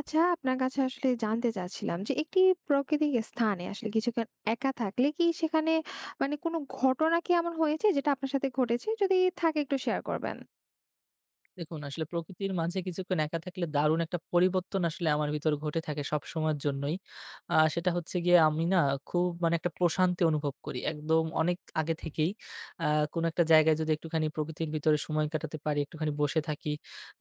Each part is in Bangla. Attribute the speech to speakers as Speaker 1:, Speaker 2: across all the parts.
Speaker 1: আচ্ছা, আপনার কাছে আসলে জানতে চাচ্ছিলাম যে একটি প্রাকৃতিক স্থানে আসলে কিছুক্ষণ একা থাকলে কি সেখানে মানে কোনো ঘটনা কি এমন হয়েছে যেটা আপনার সাথে ঘটেছে? যদি থাকে একটু শেয়ার করবেন।
Speaker 2: দেখুন আসলে প্রকৃতির মাঝে কিছুক্ষণ একা থাকলে দারুণ একটা পরিবর্তন আসলে আমার ভিতর ঘটে থাকে সবসময়ের জন্যই। সেটা হচ্ছে গিয়ে আমি না খুব মানে একটা প্রশান্তি অনুভব করি। একদম অনেক আগে থেকেই আ কোনো একটা জায়গায় যদি একটুখানি প্রকৃতির ভিতরে সময় কাটাতে পারি, একটুখানি বসে থাকি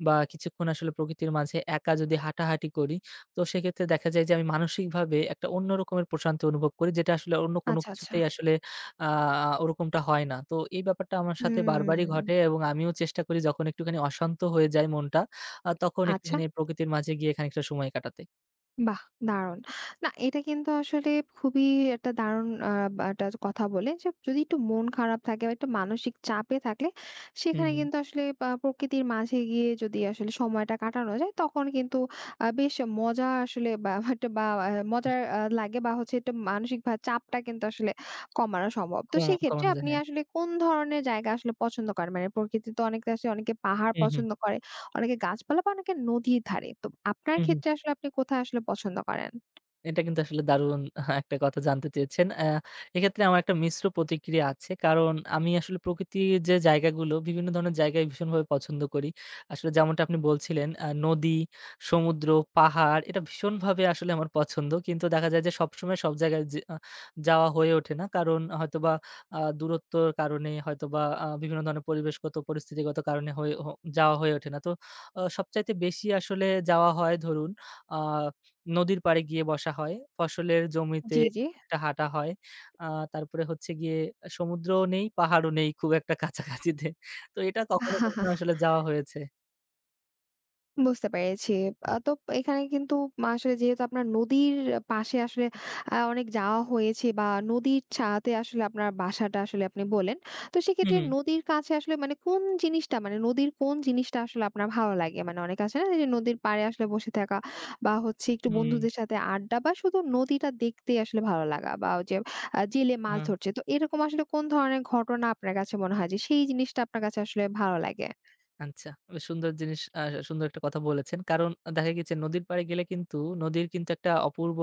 Speaker 2: বা কিছুক্ষণ আসলে প্রকৃতির মাঝে একা যদি হাঁটাহাঁটি করি, তো সেক্ষেত্রে দেখা যায় যে আমি মানসিকভাবে একটা অন্য রকমের প্রশান্তি অনুভব করি যেটা আসলে অন্য কোনো
Speaker 1: আচ্ছা, আচ্ছা।
Speaker 2: কিছুতেই আসলে আ ওরকমটা হয় না। তো এই ব্যাপারটা আমার সাথে বারবারই ঘটে
Speaker 1: হুম।
Speaker 2: এবং আমিও চেষ্টা করি যখন একটুখানি অশান্ত হয়ে যায় মনটা, তখন
Speaker 1: আচ্ছা।
Speaker 2: একটুখানি প্রকৃতির মাঝে গিয়ে খানিকটা সময় কাটাতে।
Speaker 1: বাহ! দারুণ। না, এটা কিন্তু আসলে খুবই একটা দারুণ বা একটা কথা বললেন যে যদি একটু মন খারাপ থাকে বা একটু মানসিক চাপে থাকলে
Speaker 2: হুম,
Speaker 1: সেখানে
Speaker 2: হুম।
Speaker 1: কিন্তু আসলে প্রকৃতির মাঝে গিয়ে যদি আসলে সময়টা কাটানো যায় তখন কিন্তু বেশ মজা আসলে বা বা একটা বা মজার লাগে বা হচ্ছে একটু মানসিক চাপটা কিন্তু আসলে কমানো সম্ভব। তো
Speaker 2: কমা
Speaker 1: সেক্ষেত্রে
Speaker 2: কমানো যায়।
Speaker 1: আপনি
Speaker 2: হ্যাঁ।
Speaker 1: আসলে কোন ধরনের জায়গা আসলে পছন্দ করেন? মানে প্রকৃতি তো অনেকে আসলে অনেকে পাহাড়
Speaker 2: হু, হু।
Speaker 1: পছন্দ করে। অনেকে গাছপালা বা অনেকে নদীর ধারে। তো আপনার
Speaker 2: হু, হু।
Speaker 1: ক্ষেত্রে আসলে আপনি কোথায় আসলে পছন্দ করেন?
Speaker 2: এটা কিন্তু আসলে দারুণ একটা কথা জানতে চেয়েছেন। এক্ষেত্রে আমার একটা মিশ্র প্রতিক্রিয়া আছে। কারণ আমি আসলে প্রকৃতির যে জায়গাগুলো, বিভিন্ন ধরনের জায়গায় ভীষণভাবে পছন্দ করি। আসলে যেমনটা আপনি বলছিলেন নদী, সমুদ্র, পাহাড় এটা ভীষণভাবে আসলে আমার পছন্দ। কিন্তু দেখা যায় যে সবসময় সব জায়গায় যে যাওয়া হয়ে ওঠে না। কারণ হয়তোবা দূরত্বর কারণে হয়তোবা বিভিন্ন ধরনের পরিবেশগত, পরিস্থিতিগত কারণে হয়ে হ যাওয়া হয়ে ওঠে না। তো সবচাইতে বেশি আসলে যাওয়া হয় ধরুন আ নদীর পাড়ে গিয়ে বসা হয়। ফসলের জমিতে
Speaker 1: জি, জি।
Speaker 2: একটা হাঁটা হয়। আ তারপরে হচ্ছে গিয়ে সমুদ্রও নেই, পাহাড়ও নেই খুব একটা কাছাকাছিতে। তো এটা কখনো, কখনো আসলে যাওয়া হয়েছে।
Speaker 1: বুঝতে পেরেছি। তো এখানে কিন্তু আসলে যেহেতু আপনার নদীর পাশে আসলে অনেক যাওয়া হয়েছে বা নদীর ছাতে আসলে আপনার বাসাটা আসলে আপনি বললেন। তো
Speaker 2: হু,
Speaker 1: সেক্ষেত্রে
Speaker 2: হু।
Speaker 1: নদীর কাছে আসলে মানে কোন জিনিসটা মানে নদীর কোন জিনিসটা আসলে আপনার ভালো লাগে? মানে অনেকে আছে না যে নদীর পাড়ে আসলে বসে থাকা বা হচ্ছে একটু
Speaker 2: হুম,
Speaker 1: বন্ধুদের
Speaker 2: হুম।
Speaker 1: সাথে আড্ডা বা শুধু নদীটা দেখতেই আসলে ভালো লাগা বা ওই যে জেলে মাছ
Speaker 2: হ্যাঁ।
Speaker 1: ধরছে। তো এরকম আসলে কোন ধরনের ঘটনা আপনার কাছে মনে হয় যে সেই জিনিসটা আপনার কাছে আসলে ভালো লাগে?
Speaker 2: আচ্ছা। বেশ সুন্দর জিনিস সুন্দর একটা কথা বলেছেন। কারণ দেখা গেছে নদীর পাড়ে গেলে কিন্তু নদীর কিন্তু একটা অপূর্ব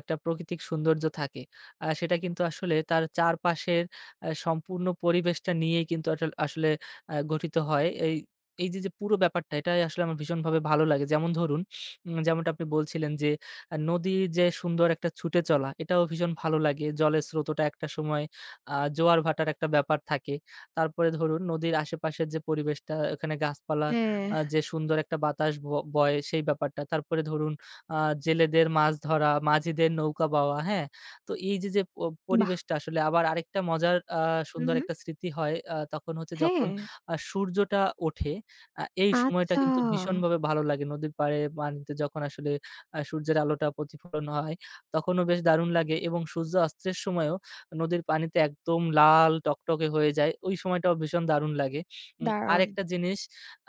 Speaker 2: একটা প্রাকৃতিক সৌন্দর্য থাকে। সেটা কিন্তু আসলে তার চারপাশের সম্পূর্ণ পরিবেশটা নিয়েই কিন্তু আটল আসলে গঠিত হয়। এই এই যে, পুরো ব্যাপারটা এটাই আসলে আমার ভীষণভাবে ভালো লাগে। যেমন ধরুন যেমনটা আপনি বলছিলেন যে, নদীর যে সুন্দর একটা ছুটে চলা এটাও ভীষণ ভালো লাগে। জলের স্রোতটা একটা সময় জোয়ার ভাটার একটা ব্যাপার থাকে। তারপরে ধরুন নদীর আশেপাশের যে পরিবেশটা ওখানে গাছপালা
Speaker 1: হ্যাঁ।
Speaker 2: যে সুন্দর একটা বাতাস বয় সেই ব্যাপারটা। তারপরে ধরুন আ জেলেদের মাছ ধরা, মাঝিদের নৌকা বাওয়া, হ্যাঁ? তো এই যে, যে প
Speaker 1: বাহ!
Speaker 2: পরিবেশটা আসলে আবার আরেকটা মজার
Speaker 1: হু,
Speaker 2: সুন্দর
Speaker 1: হু।
Speaker 2: একটা স্মৃতি হয় তখন হচ্ছে যখন
Speaker 1: হ্যাঁ।
Speaker 2: সূর্যটা ওঠে। এই সময়টা
Speaker 1: আচ্ছা,
Speaker 2: কিন্তু ভীষণভাবে ভালো লাগে। নদীর পাড়ে পানিতে যখন আসলে সূর্যের আলোটা প্রতিফলন হয় তখনও বেশ দারুণ লাগে এবং সূর্য অস্তের সময়ও নদীর পানিতে একদম লাল টকটকে হয়ে যায়। ওই সময়টাও ভীষণ দারুণ লাগে।
Speaker 1: দারুণ!
Speaker 2: আরেকটা জিনিস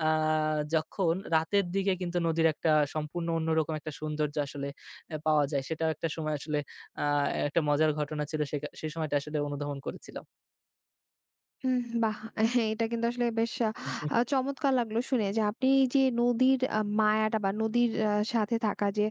Speaker 2: আ যখন রাতের দিকে কিন্তু নদীর একটা সম্পূর্ণ অন্যরকম একটা সৌন্দর্য আসলে পাওয়া যায়। সেটাও একটা সময় আসলে আ একটা মজার ঘটনা ছিল। সেই সময়টা আসলে অনুধাবন করেছিলাম।
Speaker 1: হুম, বাহ! এটা কিন্তু আসলে বেশ চমৎকার লাগলো শুনে যে আপনি এই যে নদীর মায়াটা বা নদীর সাথে থাকা যে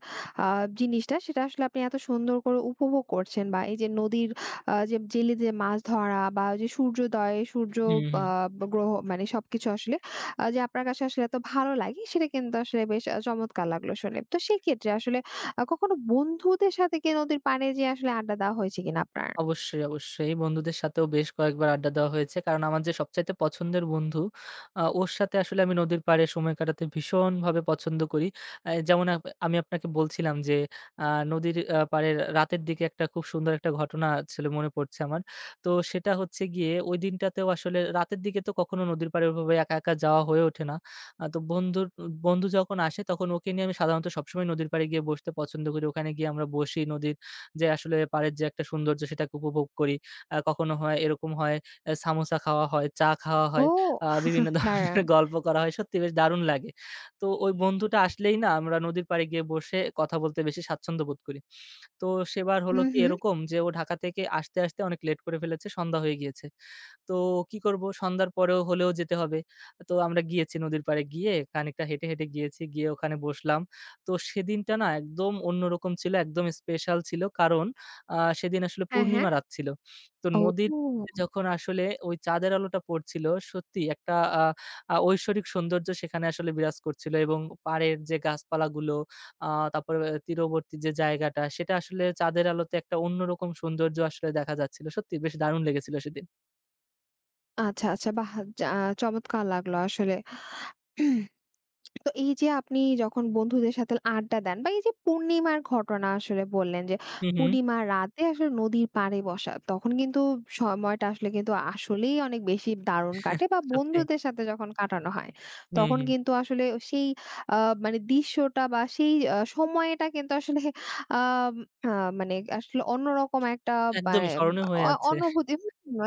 Speaker 1: আ জিনিসটা সেটা আসলে আপনি এত সুন্দর করে উপভোগ করছেন বা এই যে নদীর যে জেলেদের মাছ ধরা বা ওই যে সূর্যোদয়, সূর্য
Speaker 2: হুম,
Speaker 1: আ
Speaker 2: হুম।
Speaker 1: গ্রহ মানে সবকিছু আসলে যে আপনার কাছে আসলে এত ভালো লাগে সেটা কিন্তু আসলে বেশ চমৎকার লাগলো শুনে। তো সেক্ষেত্রে আসলে কখনো বন্ধুদের সাথে কি নদীর পাড়ে যেয়ে আসলে আড্ডা দেওয়া হয়েছে কিনা আপনার?
Speaker 2: অবশ্যই, অবশ্যই। বন্ধুদের সাথেও বেশ কয়েকবার আড্ডা দেওয়া হয়েছে। কারণ আমার যে সবচাইতে পছন্দের বন্ধু, ওর সাথে আসলে আমি নদীর পাড়ে সময় কাটাতে ভীষণভাবে পছন্দ করি। আ যেমন আপ আমি আপনাকে বলছিলাম যে, আ নদীর পাড়ে রাতের দিকে একটা খুব সুন্দর একটা ঘটনা ছিল মনে পড়ছে আমার। তো সেটা হচ্ছে গিয়ে ওই দিনটাতেও আসলে রাতের দিকে তো কখনো নদীর পাড়ে ওভাবে একা, একা যাওয়া হয়ে ওঠে না। তো বন্ধু যখন আসে তখন ওকে নিয়ে আমি সাধারণত সবসময় নদীর পাড়ে গিয়ে বসতে পছন্দ করি। ওখানে গিয়ে আমরা বসি নদীর যে আসলে পাড়ের যে একটা সৌন্দর্য সেটাকে উপভোগ করি। কখনো হয় এরকম হয় সামোসা খাওয়া হয়, চা খাওয়া
Speaker 1: ও!
Speaker 2: হয়, বিভিন্ন ধরনের
Speaker 1: দাঁড়ান।
Speaker 2: গল্প করা হয়। সত্যি বেশ দারুণ লাগে। তো ওই বন্ধুটা আসলেই না আমরা নদীর পাড়ে গিয়ে বসে কথা বলতে বেশি স্বাচ্ছন্দ্য বোধ করি। তো সেবার হলো
Speaker 1: হুম,
Speaker 2: কি
Speaker 1: হুম।
Speaker 2: এরকম যে ও ঢাকা থেকে আসতে, আসতে অনেক লেট করে ফেলেছে, সন্ধ্যা হয়ে গিয়েছে। তো কি করব? সন্ধ্যার পরেও হলেও যেতে হবে। তো আমরা গিয়েছি নদীর পাড়ে গিয়ে খানিকটা হেঁটে, হেঁটে গিয়েছি। গিয়ে ওখানে বসলাম। তো সেদিনটা না একদম অন্যরকম ছিল, একদম স্পেশাল ছিল। কারণ সেদিন আসলে
Speaker 1: হ্যাঁ, হ্যাঁ।
Speaker 2: পূর্ণিমা রাত ছিল। তো নদীর
Speaker 1: ও!
Speaker 2: যখন আসলে ওই চাঁদের আলোটা পড়ছিল, সত্যি একটা আ আ ঐশ্বরিক সৌন্দর্য সেখানে আসলে বিরাজ করছিল এবং পাড়ের যে গাছপালাগুলো, আ তারপরে তীরবর্তী যে জায়গাটা, সেটা আসলে চাঁদের আলোতে একটা অন্যরকম সৌন্দর্য আসলে দেখা যাচ্ছিল। সত্যি বেশ দারুণ লেগেছিল সেদিন।
Speaker 1: আচ্ছা, আচ্ছা। বাহ! যা চমৎকার লাগলো আসলে। তো এই যে আপনি যখন বন্ধুদের সাথে আড্ডা দেন বা এই যে পূর্ণিমার ঘটনা আসলে বললেন যে
Speaker 2: হু, হু।
Speaker 1: পূর্ণিমার রাতে আসলে নদীর পাড়ে বসা তখন কিন্তু সময়টা আসলে কিন্তু আসলেই অনেক বেশি দারুণ কাটে বা
Speaker 2: সত্যি।
Speaker 1: বন্ধুদের সাথে যখন কাটানো হয়
Speaker 2: হুম,
Speaker 1: তখন
Speaker 2: হুম।
Speaker 1: কিন্তু আসলে সেই মানে দৃশ্যটা বা সেই সময়টা কিন্তু আসলে আহ, মানে আসলে অন্যরকম একটা
Speaker 2: একদমই
Speaker 1: মানে
Speaker 2: স্মরণীয় হয়ে আছে।
Speaker 1: অনুভূতি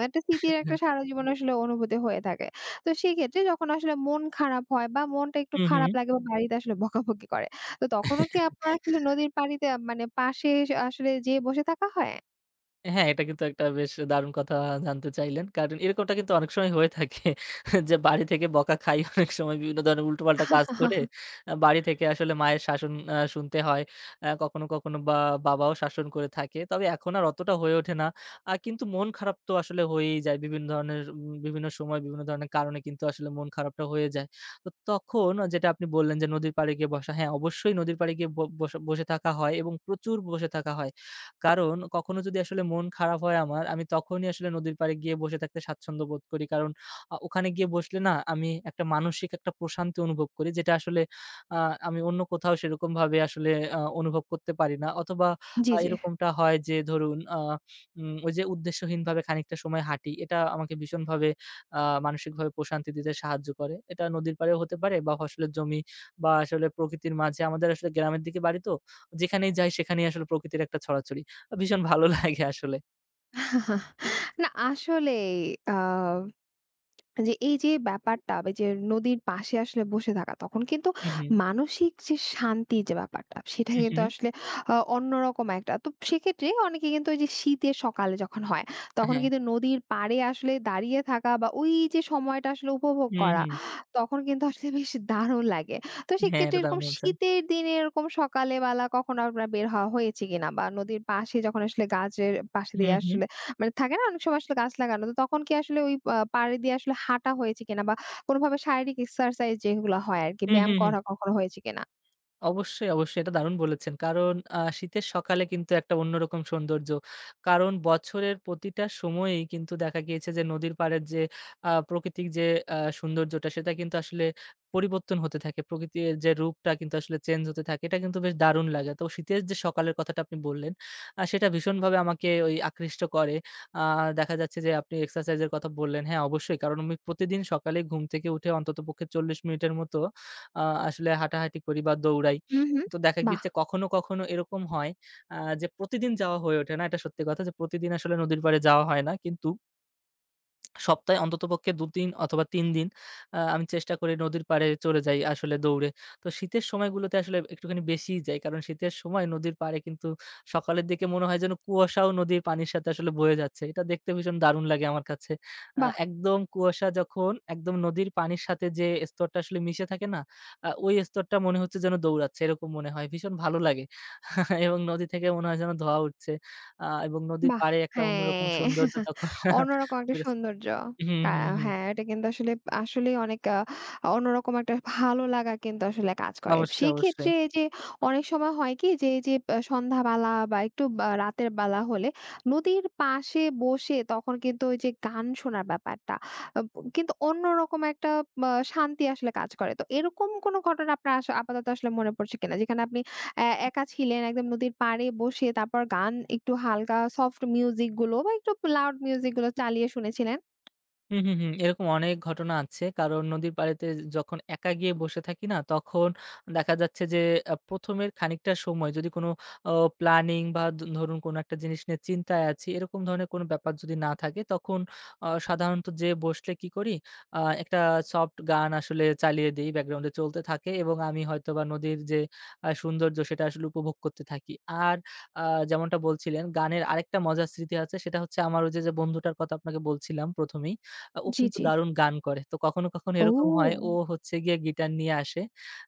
Speaker 1: একটা স্মৃতির একটা সারা জীবন আসলে অনুভূতি হয়ে থাকে। তো সেক্ষেত্রে যখন আসলে মন খারাপ হয় বা মনটা একটু
Speaker 2: হু, হু।
Speaker 1: খারাপ লাগে বা বাড়িতে আসলে বকাবকি করে। তো তখনও কি আপনার আসলে নদীর পানিতে মানে পাশে আসলে যেয়ে বসে থাকা হয়?
Speaker 2: হ্যাঁ, এটা কিন্তু একটা বেশ দারুণ কথা জানতে চাইলেন। কারণ এরকমটা কিন্তু অনেক সময় হয়ে থাকে যে বাড়ি থেকে বকা খাই, অনেক সময় বিভিন্ন ধরনের উল্টোপাল্টা কাজ করে বাড়ি থেকে আসলে মায়ের শাসন শুনতে হয়। কখনো, কখনো বা বাবাও শাসন করে থাকে। তবে এখন আর অতটা হয়ে ওঠে না। কিন্তু মন খারাপ তো আসলে হয়েই যায়। বিভিন্ন ধরনের বিভিন্ন সময় বিভিন্ন ধরনের কারণে কিন্তু আসলে মন খারাপটা হয়ে যায়। তো তখন যেটা আপনি বললেন যে নদীর পাড়ে গিয়ে বসা, হ্যাঁ অবশ্যই নদীর পাড়ে গিয়ে বসে বসে থাকা হয় এবং প্রচুর বসে থাকা হয়। কারণ কখনো যদি আসলে মন খারাপ হয় আমার, আমি তখনই আসলে নদীর পাড়ে গিয়ে বসে থাকতে স্বাচ্ছন্দ্য বোধ করি। কারণ ওখানে গিয়ে বসলে না আমি একটা মানসিক একটা প্রশান্তি অনুভব করি যেটা আসলে আ আমি অন্য কোথাও সেরকমভাবে আসলে অনুভব করতে পারি না। অথবা
Speaker 1: জি, জি।
Speaker 2: এরকমটা হয় যে ধরুন আ উম ওই যে উদ্দেশ্যহীনভাবে খানিকটা সময় হাঁটি, এটা আমাকে ভীষণভাবে আ মানসিকভাবে প্রশান্তি দিতে সাহায্য করে। এটা নদীর পাড়েও হতে পারে বা ফসলের জমি বা আসলে প্রকৃতির মাঝে। আমাদের আসলে গ্রামের দিকে বাড়ি তো, যেখানেই যাই সেখানেই আসলে প্রকৃতির একটা ছড়াছড়ি। ভীষণ ভালো লাগে আসলে।
Speaker 1: না, আসলেই আ যে এই যে ব্যাপারটা বা যে নদীর পাশে আসলে বসে থাকা তখন কিন্তু
Speaker 2: হু, হু,
Speaker 1: মানসিক যে শান্তির যে ব্যাপারটা সেটা
Speaker 2: হু,
Speaker 1: কিন্তু
Speaker 2: হু।
Speaker 1: আসলে অন্যরকম একটা। তো সেক্ষেত্রে অনেকে কিন্তু ওই যে শীতের সকালে যখন হয় তখন
Speaker 2: হ্যাঁ।
Speaker 1: কিন্তু নদীর পাড়ে আসলে দাঁড়িয়ে থাকা বা ওই যে সময়টা আসলে উপভোগ
Speaker 2: হু,
Speaker 1: করা
Speaker 2: হু।
Speaker 1: তখন কিন্তু আসলে বেশ দারুণ লাগে। তো
Speaker 2: হ্যাঁ,
Speaker 1: সেক্ষেত্রে
Speaker 2: এটা
Speaker 1: এরকম
Speaker 2: দারুণ বলছেন।
Speaker 1: শীতের দিনে এরকম সকালে বেলা কখনো আপনার বের হওয়া হয়েছে কিনা বা নদীর পাশে যখন আসলে গাছের পাশে
Speaker 2: হু,
Speaker 1: দিয়ে
Speaker 2: হু।
Speaker 1: আসলে মানে থাকে না অনেক সময় আসলে গাছ লাগানো। তো তখন কি আসলে ওই পাড়ে দিয়ে আসলে হাঁটা হয়েছে কিনা বা কোনভাবে শারীরিক এক্সারসাইজ যেগুলো হয় আরকি
Speaker 2: হু, হু,
Speaker 1: ব্যায়াম
Speaker 2: হু।
Speaker 1: করা কখনো হয়েছে কিনা?
Speaker 2: অবশ্যই, অবশ্যই। এটা দারুণ বলেছেন। কারণ শীতের সকালে কিন্তু একটা অন্যরকম সৌন্দর্য। কারণ বছরের প্রতিটা সময়েই কিন্তু দেখা গিয়েছে যে নদীর পাড়ের যে প্রকৃতিক যে সৌন্দর্যটা সেটা কিন্তু আসলে পরিবর্তন হতে থাকে। প্রকৃতির যে রূপটা কিন্তু আসলে চেঞ্জ হতে থাকে। এটা কিন্তু বেশ দারুণ লাগে। তো শীতের যে সকালের কথাটা আপনি বললেন, সেটা ভীষণভাবে আমাকে ওই আকৃষ্ট করে। আ দেখা যাচ্ছে যে আপনি এক্সারসাইজ এর কথা বললেন। হ্যাঁ, অবশ্যই। কারণ আমি প্রতিদিন সকালে ঘুম থেকে উঠে অন্ততপক্ষে ৪০ মিনিটের মতো আ আসলে হাঁটাহাঁটি করি বা দৌড়াই।
Speaker 1: হু, হু।
Speaker 2: তো দেখা
Speaker 1: বাহ!
Speaker 2: গিয়েছে কখনো, কখনো এরকম হয় আ যে প্রতিদিন যাওয়া হয়ে ওঠে না। এটা সত্যি কথা যে প্রতিদিন আসলে নদীর পাড়ে যাওয়া হয় না। কিন্তু সপ্তাহে অন্ততপক্ষে ২ দিন অথবা ৩ দিন আমি চেষ্টা করি নদীর পাড়ে চলে যাই আসলে দৌড়ে। তো শীতের সময়গুলোতে আসলে একটুখানি বেশিই যাই। কারণ শীতের সময় নদীর পাড়ে কিন্তু সকালের দিকে মনে হয় যেন কুয়াশাও নদীর পানির সাথে আসলে বয়ে যাচ্ছে। এটা দেখতে ভীষণ দারুণ লাগে আমার কাছে।
Speaker 1: বাহ!
Speaker 2: একদম কুয়াশা যখন একদম নদীর পানির সাথে যে স্তরটা আসলে মিশে থাকে না? ওই স্তরটা মনে হচ্ছে যেন দৌড়াচ্ছে এরকম মনে হয়। ভীষণ ভালো লাগে। এবং নদী থেকে মনে হয় যেন ধোঁয়া উঠছে। এবং নদীর
Speaker 1: বাহ!
Speaker 2: পাড়ে একটা অন্যরকম
Speaker 1: হ্যাঁ,
Speaker 2: সৌন্দর্য তখন
Speaker 1: অন্যরকম একটা
Speaker 2: বিরাজ।
Speaker 1: সৌন্দর্য।
Speaker 2: হুম,
Speaker 1: কা
Speaker 2: হুম, হুম।
Speaker 1: হ্যাঁ, এটা কিন্তু আসলে আসলেই অনেক অন্যরকম একটা ভালো লাগা কিন্তু আসলে কাজ করে।
Speaker 2: অবশ্যই, অবশ্যই।
Speaker 1: সেক্ষেত্রে এই যে অনেক সময় হয় কি যে এই যে সন্ধ্যাবেলা বা একটু বা রাতের বেলা হলে নদীর পাশে বসে তখন কিন্তু ওই যে গান শোনার ব্যাপারটা আব কিন্তু অন্যরকম একটা শান্তি আসলে কাজ করে। তো এরকম কোনো ঘটনা আপনার আপাতত আসলে মনে পড়ছে কিনা? যেখানে আপনি একা ছিলেন একদম নদীর পাড়ে বসে তারপর গান একটু হালকা সফট মিউজিক গুলো বা একটু লাউড মিউজিক গুলো চালিয়ে শুনেছিলেন?
Speaker 2: হুম, হুম, হুম। এরকম অনেক ঘটনা আছে। কারণ নদীর পাড়েতে যখন একা গিয়ে বসে থাকি না, তখন দেখা যাচ্ছে যে ১ম এর খানিকটা সময় যদি কোনো অ প্ল্যানিং বা ধরুন কোনো একটা জিনিস নিয়ে চিন্তায় আছি, এরকম ধরনের কোনো ব্যাপার যদি না থাকে, তখন সাধারণত যেয়ে বসলে কি করি, একটা সফট গান আসলে চালিয়ে দেই, ব্যাকগ্রাউন্ডে চলতে থাকে এবং আমি হয়তোবা নদীর যে সৌন্দর্য সেটা আসলে উপভোগ করতে থাকি। আর আ যেমনটা বলছিলেন, গানের আরেকটা মজার স্মৃতি আছে সেটা হচ্ছে আমার ওই যে, যে বন্ধুটার কথা আপনাকে বলছিলাম ১ম এই। ও
Speaker 1: জি,
Speaker 2: কিন্তু
Speaker 1: জি।
Speaker 2: দারুণ গান করে। তো কখনো, কখনো এরকম হয় ও
Speaker 1: ও!
Speaker 2: হচ্ছে গিয়ে গিটার নিয়ে আসে।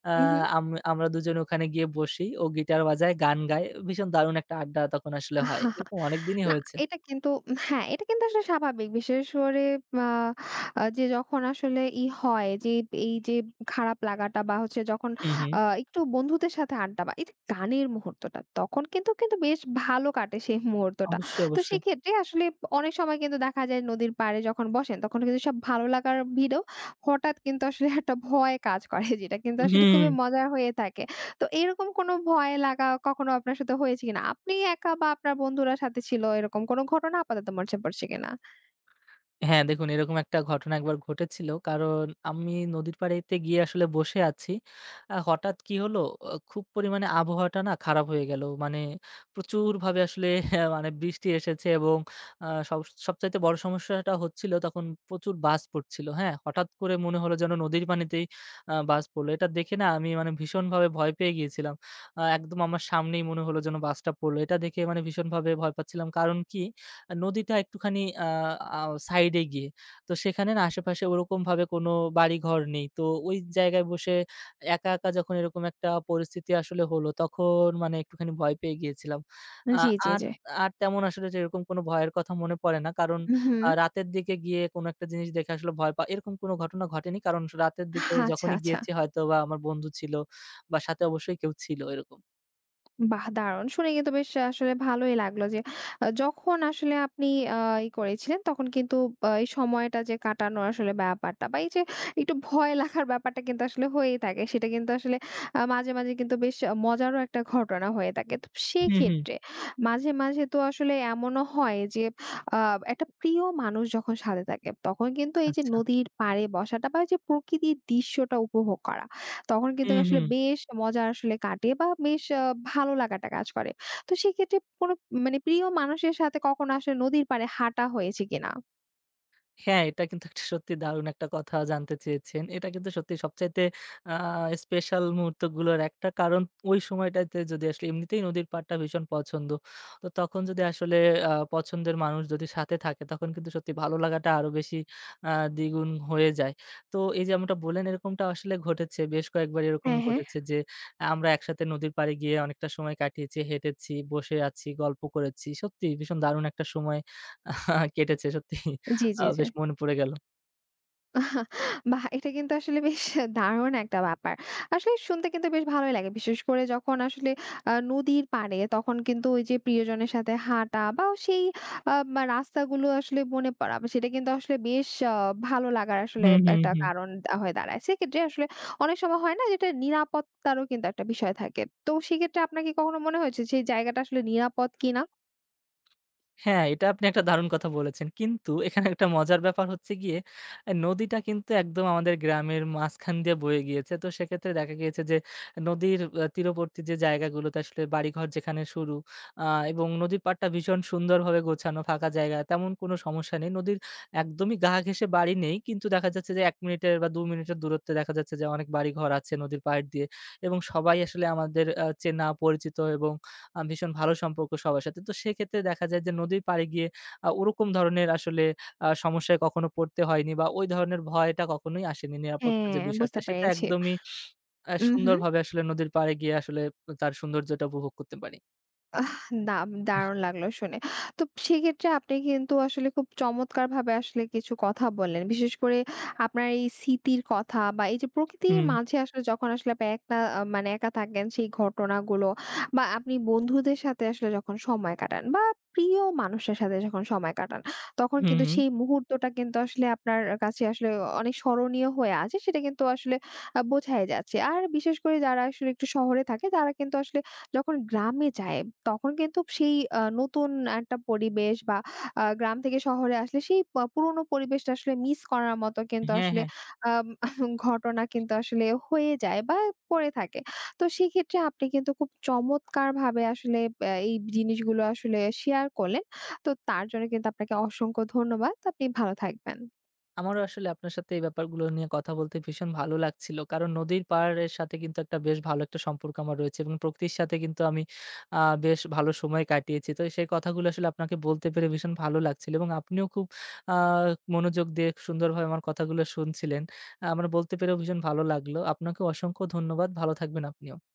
Speaker 2: আ
Speaker 1: উহু।
Speaker 2: আম আমরা দুজনে ওখানে গিয়ে বসি। ও গিটার বাজায়, গান গায়। ভীষণ দারুণ একটা আড্ডা তখন আসলে হয়। এরকম অনেকদিনই
Speaker 1: না,
Speaker 2: হয়েছে।
Speaker 1: এটা কিন্তু হ্যাঁ, এটা কিন্তু আসলে স্বাভাবিক। বিশেষ করে আ আ যে যখন আসলে হয় যে এই যে খারাপ লাগাটা বা হচ্ছে যখন
Speaker 2: হুম, হুম।
Speaker 1: একটু বন্ধুদের সাথে আড্ডা বা এই যে গানের মুহূর্তটা তখন কিন্তু বেশ ভালো কাটে সেই মুহূর্তটা।
Speaker 2: অবশ্যই,
Speaker 1: তো
Speaker 2: অবশ্যই।
Speaker 1: সেক্ষেত্রে আসলে অনেক সময় কিন্তু দেখা যায় নদীর পাড়ে যখন বসেন তখন কিন্তু সব ভালো লাগার ভিড়েও হঠাৎ কিন্তু আসলে একটা ভয় কাজ করে যেটা কিন্তু আসলে
Speaker 2: হুম।
Speaker 1: খুবই মজার হয়ে থাকে। তো এরকম কোনো ভয় লাগা কখনো আপনার সাথে হয়েছে কিনা? আপনি একা বা আপনার বন্ধুরা সাথে ছিল এরকম কোনো ঘটনা আপাতত মরচে পড়ছে কিনা?
Speaker 2: হ্যাঁ, দেখুন এরকম একটা ঘটনা একবার ঘটেছিল। কারণ আমি নদীর পাড়েতে গিয়ে আসলে বসে আছি। হঠাৎ কি হলো, খুব পরিমাণে আবহাওয়াটা না খারাপ হয়ে গেল। মানে প্রচুরভাবে আসলে হ্যাঁ, মানে বৃষ্টি এসেছে এবং আ সব সবচাইতে বড় সমস্যাটা হচ্ছিল তখন প্রচুর বাজ পড়ছিল। হ্যাঁ? হঠাৎ করে মনে হলো যেন নদীর পানিতেই বাজ পড়ল। এটা দেখে না আমি মানে ভীষণভাবে ভয় পেয়ে গিয়েছিলাম। একদম আমার সামনেই মনে হলো যেন বাজটা পড়ল। এটা দেখে মানে ভীষণভাবে ভয় পাচ্ছিলাম। কারণ কি নদীটা একটুখানি আ আ সাইডে গিয়ে। তো সেখানে না আশেপাশে ওরকমভাবে কোনো বাড়িঘর নেই। তো ওই জায়গায় বসে একা, একা যখন এরকম একটা পরিস্থিতি আসলে হলো তখন মানে একটুখানি ভয় পেয়ে গিয়েছিলাম। আ
Speaker 1: জি, জি,
Speaker 2: আর
Speaker 1: জি।
Speaker 2: আর তেমন আসলে সেরকম কোনো ভয়ের কথা মনে পড়ে না। কারণ
Speaker 1: হুম।
Speaker 2: রাতের দিকে গিয়ে কোনো একটা জিনিস দেখে আসলে ভয় এরকম কোনো ঘটনা ঘটেনি। কারণ রাতের দিকে
Speaker 1: আচ্ছা,
Speaker 2: যখনই
Speaker 1: আচ্ছা।
Speaker 2: গিয়েছি হয়তোবা আমার বন্ধু ছিল বা সাথে অবশ্যই কেউ ছিল এরকম।
Speaker 1: বাহ! দারুণ। শুনে কিন্তু বেশ আসলে ভালোই লাগলো যে যখন আসলে আপনি আ করেছিলেন তখন কিন্তু এই সময়টা যে কাটানো আসলে ব্যাপারটা বা এই যে একটু ভয় লাগার ব্যাপারটা কিন্তু আসলে হয়েই থাকে। সেটা কিন্তু আসলে মাঝে, মাঝে কিন্তু বেশ মজারও একটা ঘটনা হয়ে থাকে। তো
Speaker 2: হুম, হুম।
Speaker 1: সেক্ষেত্রে মাঝে, মাঝে তো আসলে এমনও হয় যে আ একটা প্রিয় মানুষ যখন সাথে থাকে তখন কিন্তু এই যে
Speaker 2: আচ্ছা।
Speaker 1: নদীর পাড়ে বসাটা বা এই যে প্রকৃতির দৃশ্যটা উপভোগ করা তখন কিন্তু
Speaker 2: হুম,
Speaker 1: আসলে
Speaker 2: হুম।
Speaker 1: বেশ মজা আসলে কাটে বা বেশ ভালো লাগাটা কাজ করে। তো সেক্ষেত্রে কোনো মানে প্রিয় মানুষের সাথে কখনো আসলে নদীর পাড়ে হাঁটা হয়েছে কিনা?
Speaker 2: হ্যাঁ, এটা কিন্তু একটা সত্যি দারুণ একটা কথা জানতে চেয়েছেন। এটা কিন্তু সত্যি সবচাইতে আ স্পেশাল মুহূর্তগুলোর একটা। কারণ ওই সময়টাতে যদি আসলে এমনিতেই নদীর পাড়টা ভীষণ পছন্দ। তো তখন যদি আসলে পছন্দের মানুষ যদি সাথে থাকে তখন কিন্তু সত্যি ভালো লাগাটা আরো বেশি দ্বিগুণ হয়ে যায়। তো এই যে যেমনটা বললেন এরকমটা আসলে ঘটেছে। বেশ কয়েকবার এরকম
Speaker 1: হ্যাঁ, হ্যাঁ।
Speaker 2: ঘটেছে যে আমরা একসাথে নদীর পাড়ে গিয়ে অনেকটা সময় কাটিয়েছি, হেঁটেছি, বসে আছি, গল্প করেছি। সত্যি ভীষণ দারুণ একটা সময় কেটেছে সত্যি।
Speaker 1: জি, জি, জি।
Speaker 2: বেশ মনে পড়ে গেল।
Speaker 1: বাহ! এটা কিন্তু আসলে বেশ দারুণ একটা ব্যাপার। আসলে শুনতে কিন্তু বেশ ভালোই লাগে। বিশেষ করে যখন আসলে নদীর পাড়ে তখন কিন্তু ওই যে প্রিয়জনের সাথে হাঁটা বা সেই রাস্তাগুলো আসলে মনে পড়া বা সেটা কিন্তু আসলে বেশ ভালো লাগার আসলে
Speaker 2: হুম, হুম,
Speaker 1: একটা
Speaker 2: হুম।
Speaker 1: কারণ হয়ে দাঁড়ায়। সেক্ষেত্রে আসলে অনেক সময় হয় না যে এটা নিরাপত্তারও কিন্তু একটা বিষয় থাকে। তো সেক্ষেত্রে আপনার কি কখনো মনে হয়েছে সেই জায়গাটা আসলে নিরাপদ কিনা?
Speaker 2: হ্যাঁ, এটা আপনি একটা দারুণ কথা বলেছেন। কিন্তু এখানে একটা মজার ব্যাপার হচ্ছে গিয়ে এ নদীটা কিন্তু একদম আমাদের গ্রামের মাঝখান দিয়ে বয়ে গিয়েছে। তো সেক্ষেত্রে দেখা গিয়েছে যে নদীর তীরবর্তী যে জায়গাগুলোতে আসলে বাড়িঘর যেখানে শুরু, আ এবং নদীর পাড়টা ভীষণ সুন্দরভাবে গোছানো ফাঁকা জায়গা। তেমন কোনো সমস্যা নেই। নদীর একদমই গা ঘেঁষে বাড়ি নেই। কিন্তু দেখা যাচ্ছে যে ১ মিনিটের বা ২ মিনিটের দূরত্বে দেখা যাচ্ছে যে অনেক বাড়িঘর আছে নদীর পাড় দিয়ে এবং সবাই আসলে আমাদের চেনা পরিচিত এবং ভীষণ ভালো সম্পর্ক সবার সাথে। তো সেক্ষেত্রে দেখা যায় যে নদীর পাড়ে গিয়ে ওরকম ধরনের আসলে সমস্যায় কখনো পড়তে হয়নি বা ওই ধরনের ভয়টা কখনোই আসেনি। নিরাপত্তার যে
Speaker 1: হ্যাঁ,
Speaker 2: বিষয়টা
Speaker 1: বুঝতে
Speaker 2: সেটা
Speaker 1: পেরেছি।
Speaker 2: একদমই
Speaker 1: উহু।
Speaker 2: সুন্দরভাবে আসলে নদীর পাড়ে গিয়ে আসলে তার সৌন্দর্যটা উপভোগ করতে পারি।
Speaker 1: না, দারুণ লাগলো শুনে। তো সেক্ষেত্রে আপনি কিন্তু আসলে খুব চমৎকারভাবে আসলে কিছু কথা বললেন। বিশেষ করে আপনার এই স্মৃতির কথা বা এই যে প্রকৃতির
Speaker 2: হুম,
Speaker 1: মাঝে আসলে যখন আসলে আপনি একটা মানে একা থাকেন সেই ঘটনাগুলো বা আপনি বন্ধুদের সাথে আসলে যখন সময় কাটান বা প্রিয় মানুষের সাথে যখন সময় কাটান, তখন
Speaker 2: হুম,
Speaker 1: কিন্তু
Speaker 2: হুম।
Speaker 1: সেই মুহূর্তটা কিন্তু আসলে আপনার কাছে আসলে অনেক স্মরণীয় হয়ে আছে। সেটা কিন্তু আসলে বোঝাই যাচ্ছে। আর বিশেষ করে যারা আসলে একটু শহরে থাকে তারা কিন্তু আসলে যখন গ্রামে যায় তখন কিন্তু সেই নতুন একটা পরিবেশ বা গ্রাম থেকে শহরে আসলে সেই পুরোনো পরিবেশটা আসলে মিস করার মতো কিন্তু
Speaker 2: হ্যাঁ,
Speaker 1: আসলে
Speaker 2: হ্যাঁ।
Speaker 1: আম ঘটনা কিন্তু আসলে হয়ে যায় বা পড়ে থাকে। তো সেক্ষেত্রে আপনি কিন্তু খুব চমৎকারভাবে আসলে এই জিনিসগুলো আসলে শেয়ার করলেন। তো তার জন্য কিন্তু আপনাকে অসংখ্য ধন্যবাদ। আপনি ভালো থাকবেন।
Speaker 2: আমারও আসলে আপনার সাথে এই ব্যাপারগুলো নিয়ে কথা বলতে ভীষণ ভালো লাগছিল। কারণ নদীর পাড়ের সাথে কিন্তু একটা বেশ ভালো একটা সম্পর্ক আমার রয়েছে এবং প্রকৃতির সাথে কিন্তু আমি আ বেশ ভালো সময় কাটিয়েছি। তো সেই কথাগুলো আসলে আপনাকে বলতে পেরে ভীষণ ভালো লাগছিল এবং আপনিও খুব আ মনোযোগ দিয়ে সুন্দরভাবে আমার কথাগুলো শুনছিলেন। আমার বলতে পেরেও ভীষণ ভালো লাগলো। আপনাকে অসংখ্য ধন্যবাদ। ভালো থাকবেন আপনিও।